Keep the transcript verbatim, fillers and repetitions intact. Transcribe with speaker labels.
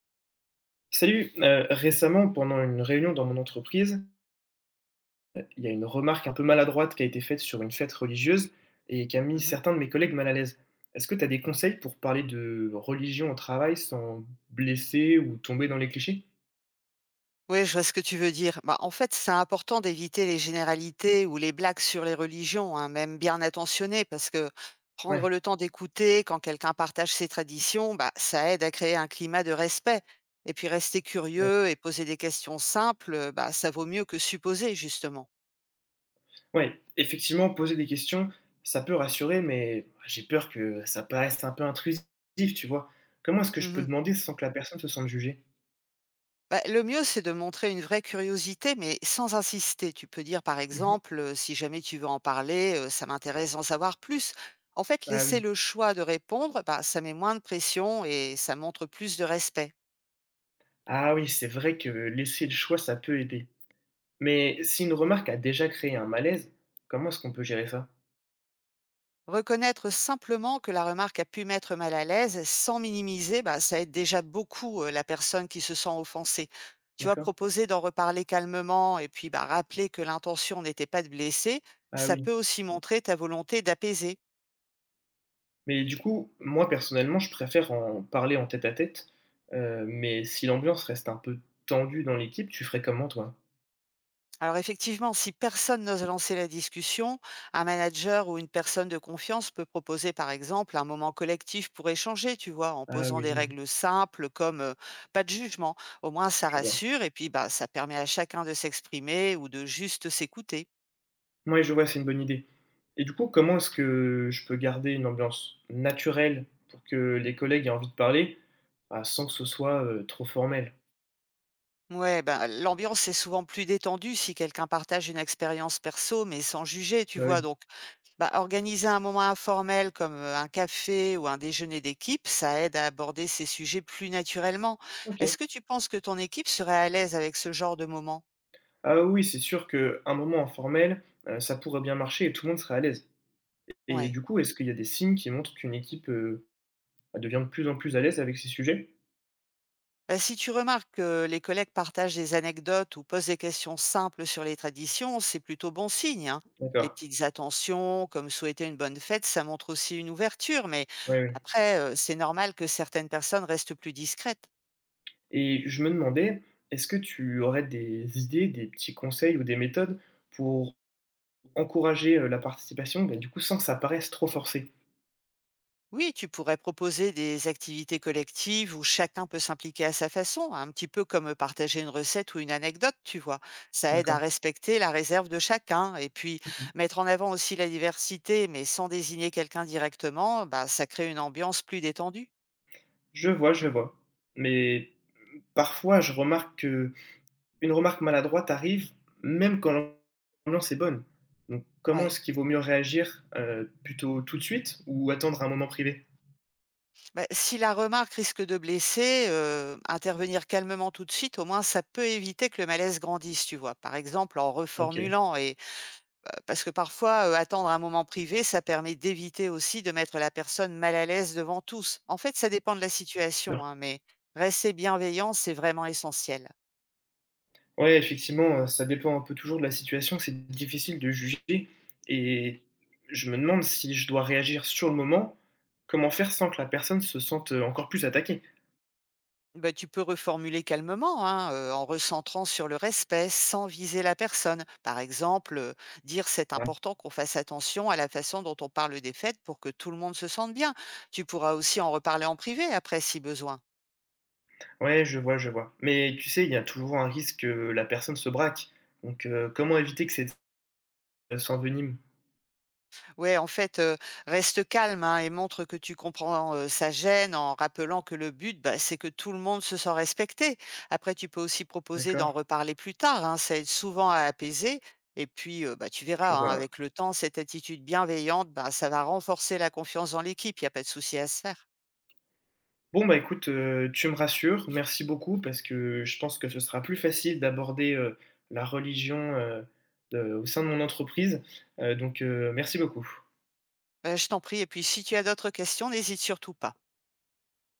Speaker 1: Salut, euh, récemment, pendant une réunion dans mon entreprise, il y a une remarque un peu maladroite qui a été faite sur une fête religieuse et qui a mis
Speaker 2: Mmh.
Speaker 1: certains de mes collègues mal à l'aise. Est-ce que tu as des conseils pour parler de religion au travail sans blesser ou tomber dans les clichés?
Speaker 2: Oui, je vois ce que tu veux dire. Bah, en fait, c'est important d'éviter les généralités ou les blagues sur les religions, hein, même bien intentionnées, parce que
Speaker 1: Ouais,
Speaker 2: prendre le temps d'écouter quand quelqu'un partage ses traditions, bah, ça aide à créer un climat de respect. Et puis rester
Speaker 1: ouais,
Speaker 2: curieux et poser des questions simples, bah, ça vaut mieux que supposer, justement.
Speaker 1: ouais, effectivement, poser des questions, ça peut rassurer, mais j'ai peur que ça paraisse un peu intrusif, tu vois. Comment est-ce que je peux
Speaker 2: Mmh.
Speaker 1: demander sans que la personne se sente jugée?
Speaker 2: Bah, le mieux, c'est de montrer une vraie curiosité, mais sans insister. Tu peux dire, par
Speaker 1: Mhm.
Speaker 2: exemple, euh, si jamais tu veux en parler, euh, ça m'intéresse d'en savoir plus. En fait,
Speaker 1: Ah
Speaker 2: laisser
Speaker 1: oui,
Speaker 2: le choix de répondre, bah, ça met moins de pression et ça montre plus de respect.
Speaker 1: ah oui, c'est vrai que laisser le choix, ça peut aider. Mais si une remarque a déjà créé un malaise, comment est-ce qu'on peut gérer ça?
Speaker 2: Reconnaître simplement que la remarque a pu mettre mal à l'aise sans minimiser, bah, ça aide déjà beaucoup euh, la personne qui se sent offensée. Tu vas
Speaker 1: D'accord.
Speaker 2: proposer d'en reparler calmement et puis bah, rappeler que l'intention n'était pas de blesser,
Speaker 1: Ah
Speaker 2: ça
Speaker 1: oui.
Speaker 2: peut aussi montrer ta volonté d'apaiser.
Speaker 1: Mais du coup, moi personnellement, je préfère en parler en tête-à-tête, heu, mais si l'ambiance reste un peu tendue dans l'équipe, tu ferais comment toi?
Speaker 2: Alors effectivement, si personne n'ose lancer la discussion, un manager ou une personne de confiance peut proposer par exemple un moment collectif pour échanger, tu vois, en
Speaker 1: Ah
Speaker 2: posant
Speaker 1: oui,
Speaker 2: des règles simples comme euh, pas de jugement. Au moins ça
Speaker 1: je vois.
Speaker 2: rassure et puis bah ça permet à chacun de s'exprimer ou de juste s'écouter.
Speaker 1: Moi, je vois, c'est une bonne idée. Et du coup, comment est-ce que je peux garder une ambiance naturelle pour que les collègues aient envie de parler, bah, sans que ce soit, heu, trop formel?
Speaker 2: Ouais, ben l'ambiance est souvent plus détendue si quelqu'un partage une expérience perso mais sans juger, tu
Speaker 1: Bah,
Speaker 2: vois.
Speaker 1: oui.
Speaker 2: Donc bah, organiser un moment informel comme, heu, un café ou un déjeuner d'équipe, ça aide à aborder ces sujets plus naturellement.
Speaker 1: OK.
Speaker 2: Est-ce que tu penses que ton équipe serait à l'aise avec ce genre de moment?
Speaker 1: Ah oui, c'est sûr qu'un moment informel, heu, ça pourrait bien marcher et tout le monde serait à l'aise. Et
Speaker 2: Ouais.
Speaker 1: du coup, est-ce qu'il y a des signes qui montrent qu'une équipe, heu, bah, devient de plus en plus à l'aise avec ces sujets?
Speaker 2: Bah, si tu remarques que les collègues partagent des anecdotes ou posent des questions simples sur les traditions, c'est plutôt bon signe, hein. Les
Speaker 1: D'accord,
Speaker 2: petites attentions, comme souhaiter une bonne fête, ça montre aussi une ouverture, mais
Speaker 1: ouais, ouais.
Speaker 2: après, heu, c'est normal que certaines personnes restent plus discrètes.
Speaker 1: Et je me demandais, est-ce que tu aurais des idées, des petits conseils ou des méthodes pour encourager, heu, la participation, bah, du coup, sans que ça paraisse trop forcé?
Speaker 2: Oui, tu pourrais proposer des activités collectives où chacun peut s'impliquer à sa façon, un petit peu comme partager une recette ou une anecdote, tu vois. Ça aide à
Speaker 1: D'accord.
Speaker 2: respecter la réserve de chacun et puis
Speaker 1: Mmh.
Speaker 2: mettre en avant aussi la diversité, mais sans désigner quelqu'un directement, bah, ça crée une ambiance plus détendue.
Speaker 1: Je vois, je vois. Mais parfois, je remarque que une remarque maladroite arrive même quand l'ambiance est bonne. Donc comment
Speaker 2: Ouais.
Speaker 1: est-ce qu'il vaut mieux réagir, heu, plutôt tout de suite ou attendre un moment privé?
Speaker 2: Bah, si la remarque risque de blesser, euh, intervenir calmement tout de suite, au moins ça peut éviter que le malaise grandisse, tu vois. Par exemple, en
Speaker 1: OK.
Speaker 2: reformulant parce que parfois, heu, attendre un moment privé, ça permet d'éviter aussi de mettre la personne mal à l'aise devant tous. En fait, ça dépend de la situation, hein, mais rester bienveillant, c'est vraiment essentiel.
Speaker 1: Ouais, effectivement, heu, ça dépend un peu toujours de la situation, c'est difficile de juger et je me demande si je dois réagir sur le moment, comment faire sans que la personne se sente, heu, encore plus attaquée?
Speaker 2: Bah, tu peux reformuler calmement, hein, heu, en recentrant sur le respect, sans viser la personne. Par exemple, heu, dire: «C'est
Speaker 1: Ouais.
Speaker 2: important qu'on fasse attention à la façon dont on parle des fêtes pour que tout le monde se sente bien». Tu pourras aussi en reparler en privé après si besoin.
Speaker 1: Ouais, je vois, je vois. Mais tu sais, il y a toujours un risque que la personne se braque, donc heu, comment éviter que cette euh, s'envenime?
Speaker 2: Ouais, en fait, heu, reste calme, hein et montre que tu comprends, heu, sa gêne en rappelant que le but, bah, c'est que tout le monde se sent respecté. Après, tu peux aussi proposer
Speaker 1: D'accord,
Speaker 2: d'en reparler plus tard, hein, ça aide souvent à apaiser et puis, heu, bah, tu
Speaker 1: je
Speaker 2: verras, hein,
Speaker 1: vois, ouais.
Speaker 2: avec le temps, cette attitude bienveillante, bah, ça va renforcer la confiance dans l'équipe, il y a pas de souci à se faire.
Speaker 1: Bon, bah, écoute, heu, tu me rassures, merci beaucoup parce que je pense que ce sera plus facile d'aborder, heu, la religion, heu, de au sein de mon entreprise, heu, donc heu, merci beaucoup.
Speaker 2: Heu, je t'en prie et puis si tu as d'autres questions, n'hésite surtout pas.